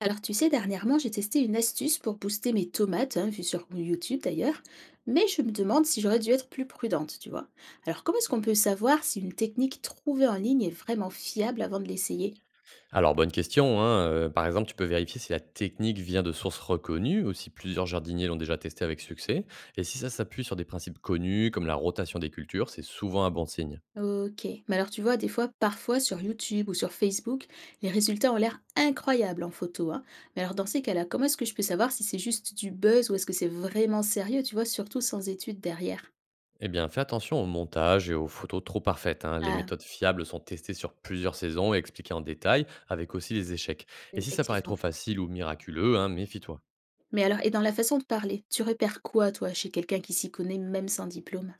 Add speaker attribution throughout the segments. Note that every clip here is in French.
Speaker 1: Alors tu sais, dernièrement, j'ai testé une astuce pour booster mes tomates, hein, vue sur YouTube d'ailleurs, mais je me demande si j'aurais dû être plus prudente, tu vois. Alors comment est-ce qu'on peut savoir si une technique trouvée en ligne est vraiment fiable avant de l'essayer?
Speaker 2: Alors, bonne question, hein, par exemple, tu peux vérifier si la technique vient de sources reconnues ou si plusieurs jardiniers l'ont déjà testé avec succès. Et si ça s'appuie sur des principes connus, comme la rotation des cultures, c'est souvent un bon signe.
Speaker 1: Ok, mais alors tu vois, des fois, parfois sur YouTube ou sur Facebook, les résultats ont l'air incroyables en photo, hein. Mais alors dans ces cas-là, comment est-ce que je peux savoir si c'est juste du buzz ou est-ce que c'est vraiment sérieux, tu vois, surtout sans études derrière?
Speaker 2: Eh bien, fais attention au montage et aux photos trop parfaites, hein. Les
Speaker 1: Ah,
Speaker 2: méthodes fiables sont testées sur plusieurs saisons et expliquées en détail, avec aussi les échecs. Et si ça paraît trop
Speaker 1: effectivement.
Speaker 2: facile ou miraculeux, hein, méfie-toi.
Speaker 1: Mais alors et dans la façon de parler, tu repères quoi toi chez quelqu'un qui s'y connaît même sans diplôme?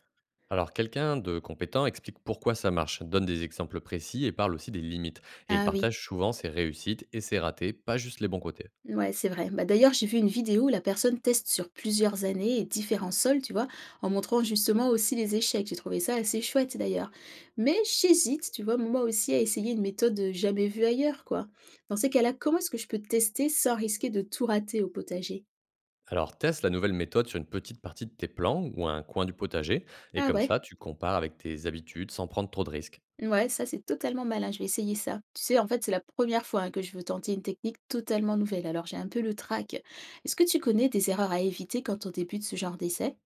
Speaker 2: Alors, quelqu'un de compétent explique pourquoi ça marche, donne des exemples précis et parle aussi des limites. Et il
Speaker 1: Ah oui,
Speaker 2: partage souvent ses réussites et ses ratés, pas juste les bons côtés.
Speaker 1: ouais, c'est vrai. Bah, d'ailleurs, j'ai vu une vidéo où la personne teste sur plusieurs années et différents sols, tu vois, en montrant justement aussi les échecs. J'ai trouvé ça assez chouette d'ailleurs. Mais j'hésite, tu vois, moi aussi à essayer une méthode jamais vue ailleurs, quoi. Dans ces cas-là, comment est-ce que je peux tester sans risquer de tout rater au potager?
Speaker 2: Alors, teste la nouvelle méthode sur une petite partie de tes plans ou un coin du potager, et
Speaker 1: Ah
Speaker 2: comme
Speaker 1: ouais?
Speaker 2: ça, tu compares avec tes habitudes sans prendre trop de risques.
Speaker 1: Ouais, ça c'est totalement malin, je vais essayer ça. Tu sais, en fait, c'est la première fois hein, que je veux tenter une technique totalement nouvelle, alors j'ai un peu le trac. Est-ce que tu connais des erreurs à éviter quand on débute ce genre d'essai?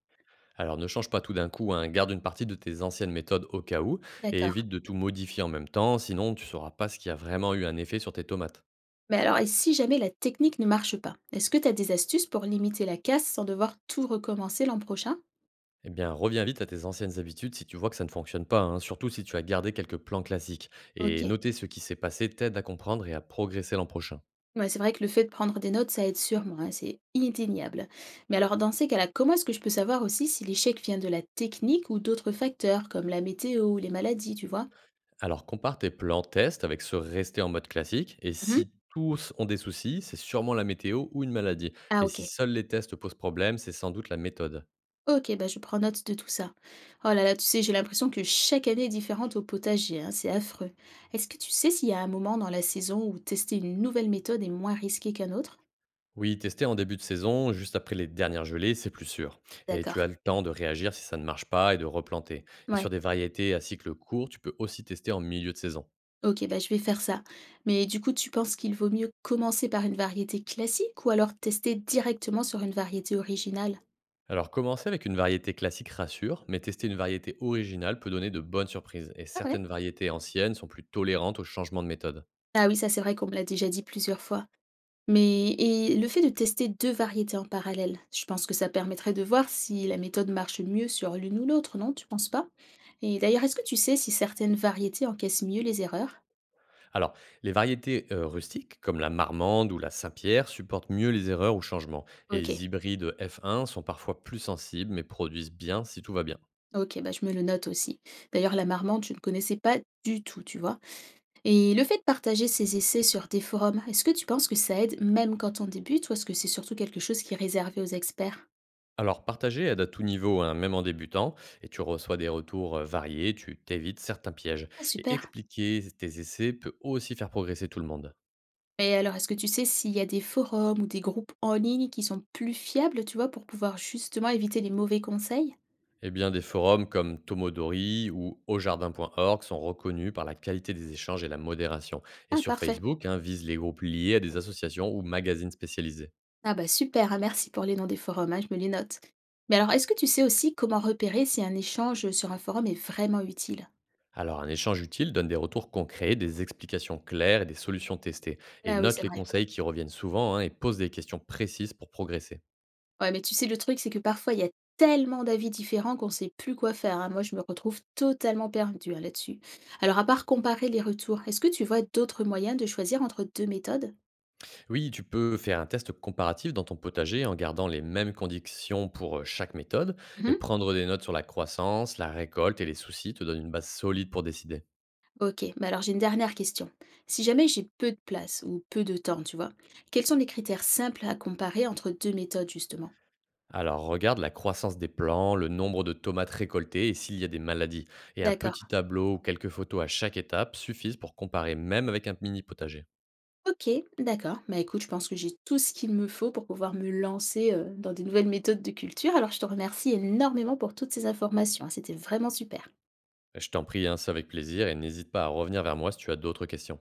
Speaker 2: Alors, ne change pas tout d'un coup, hein, garde une partie de tes anciennes méthodes au cas où, et
Speaker 1: D'accord.
Speaker 2: évite de tout modifier en même temps, sinon tu ne sauras pas ce qui a vraiment eu un effet sur tes tomates.
Speaker 1: Mais alors, et si jamais la technique ne marche pas, est-ce que tu as des astuces pour limiter la casse sans devoir tout recommencer l'an prochain?
Speaker 2: Eh bien, reviens vite à tes anciennes habitudes si tu vois que ça ne fonctionne pas, hein, surtout si tu as gardé quelques plans classiques. Et
Speaker 1: Ok.
Speaker 2: noter ce qui s'est passé t'aide à comprendre et à progresser l'an prochain.
Speaker 1: Ouais, c'est vrai que le fait de prendre des notes, ça aide sûrement, hein, c'est indéniable. Mais alors, dans ces cas-là, comment est-ce que je peux savoir aussi si l'échec vient de la technique ou d'autres facteurs, comme la météo ou les maladies, tu vois?
Speaker 2: Alors compare tes plans test avec ceux restés en mode classique et
Speaker 1: Mhm.
Speaker 2: si tous ont des soucis, c'est sûrement la météo ou une maladie.
Speaker 1: Ah,
Speaker 2: Et si
Speaker 1: ok.
Speaker 2: seuls les tests posent problème, c'est sans doute la méthode.
Speaker 1: OK, bah, je prends note de tout ça. Oh là là, tu sais, j'ai l'impression que chaque année est différente au potager, hein, c'est affreux. Est-ce que tu sais s'il y a un moment dans la saison où tester une nouvelle méthode est moins risqué qu'un autre?
Speaker 2: Oui, tester en début de saison, juste après les dernières gelées, c'est plus sûr. Et tu
Speaker 1: D'accord.
Speaker 2: as le temps de réagir si ça ne marche pas et de replanter. Et sur
Speaker 1: Ouais.
Speaker 2: des variétés à cycle court, tu peux aussi tester en milieu de saison.
Speaker 1: OK, bah, je vais faire ça. Mais du coup, tu penses qu'il vaut mieux commencer par une variété classique ou alors tester directement sur une variété originale?
Speaker 2: Alors commencer avec une variété classique rassure, mais tester une variété originale peut donner de bonnes surprises. Et
Speaker 1: Ah ouais?
Speaker 2: certaines variétés anciennes sont plus tolérantes aux changements de méthode.
Speaker 1: Ah oui, ça c'est vrai qu'on me l'a déjà dit plusieurs fois. Mais et le fait de tester 2 variétés en parallèle, je pense que ça permettrait de voir si la méthode marche mieux sur l'une ou l'autre, non, tu penses pas? Et d'ailleurs, est-ce que tu sais si certaines variétés encaissent mieux les erreurs?
Speaker 2: Alors, les variétés rustiques, comme la marmande ou la Saint-Pierre, supportent mieux les erreurs ou changements, et
Speaker 1: OK,
Speaker 2: les hybrides F1 sont parfois plus sensibles, mais produisent bien si tout va bien.
Speaker 1: OK, bah, je me le note aussi. D'ailleurs, la marmande, je ne connaissais pas du tout, tu vois? Et le fait de partager ces essais sur des forums, est-ce que tu penses que ça aide même quand on débute ou est-ce que c'est surtout quelque chose qui est réservé aux experts?
Speaker 2: Alors, partager aide à tout niveau, hein, même en débutant, et tu reçois des retours variés, tu t'évites certains pièges.
Speaker 1: Ah
Speaker 2: Et
Speaker 1: super!
Speaker 2: expliquer tes essais peut aussi faire progresser tout le monde.
Speaker 1: Mais alors, est-ce que tu sais s'il y a des forums ou des groupes en ligne qui sont plus fiables, tu vois, pour pouvoir justement éviter les mauvais conseils?
Speaker 2: Eh bien, des forums comme Tomodori ou aujardin.org sont reconnus par la qualité des échanges et la modération. Et
Speaker 1: Ah,
Speaker 2: sur
Speaker 1: parfait.
Speaker 2: Facebook, hein, visent les groupes liés à des associations ou magazines spécialisés.
Speaker 1: Ah bah super, hein, merci pour les noms des forums, hein, je me les note. Mais alors, est-ce que tu sais aussi comment repérer si un échange sur un forum est vraiment utile?
Speaker 2: Alors, un échange utile donne des retours concrets, des explications claires et des solutions testées. Et
Speaker 1: Ah oui,
Speaker 2: note
Speaker 1: c'est
Speaker 2: les
Speaker 1: vrai.
Speaker 2: conseils qui reviennent souvent, hein, et pose des questions précises pour progresser.
Speaker 1: Ouais, mais tu sais, le truc, c'est que parfois, il y a tellement d'avis différents qu'on sait plus quoi faire, hein. Moi, je me retrouve totalement perdue, hein, là-dessus. Alors, à part comparer les retours, est-ce que tu vois d'autres moyens de choisir entre deux méthodes?
Speaker 2: Oui, tu peux faire un test comparatif dans ton potager en gardant les mêmes conditions pour chaque méthode et prendre des notes sur la croissance, la récolte et les soucis te donne une base solide pour décider.
Speaker 1: Ok, mais alors j'ai une dernière question. Si jamais j'ai peu de place ou peu de temps, tu vois, quels sont les critères simples à comparer entre deux méthodes, justement?
Speaker 2: Alors, regarde la croissance des plants, le nombre de tomates récoltées et s'il y a des maladies. Et un
Speaker 1: D'accord.
Speaker 2: petit tableau ou quelques photos à chaque étape suffisent pour comparer même avec un mini potager.
Speaker 1: Ok, d'accord. Bah écoute, je pense que j'ai tout ce qu'il me faut pour pouvoir me lancer dans des nouvelles méthodes de culture. Alors je te remercie énormément pour toutes ces informations. Hein, c'était vraiment super.
Speaker 2: Je t'en prie, hein, c'est avec plaisir et n'hésite pas à revenir vers moi si tu as d'autres questions.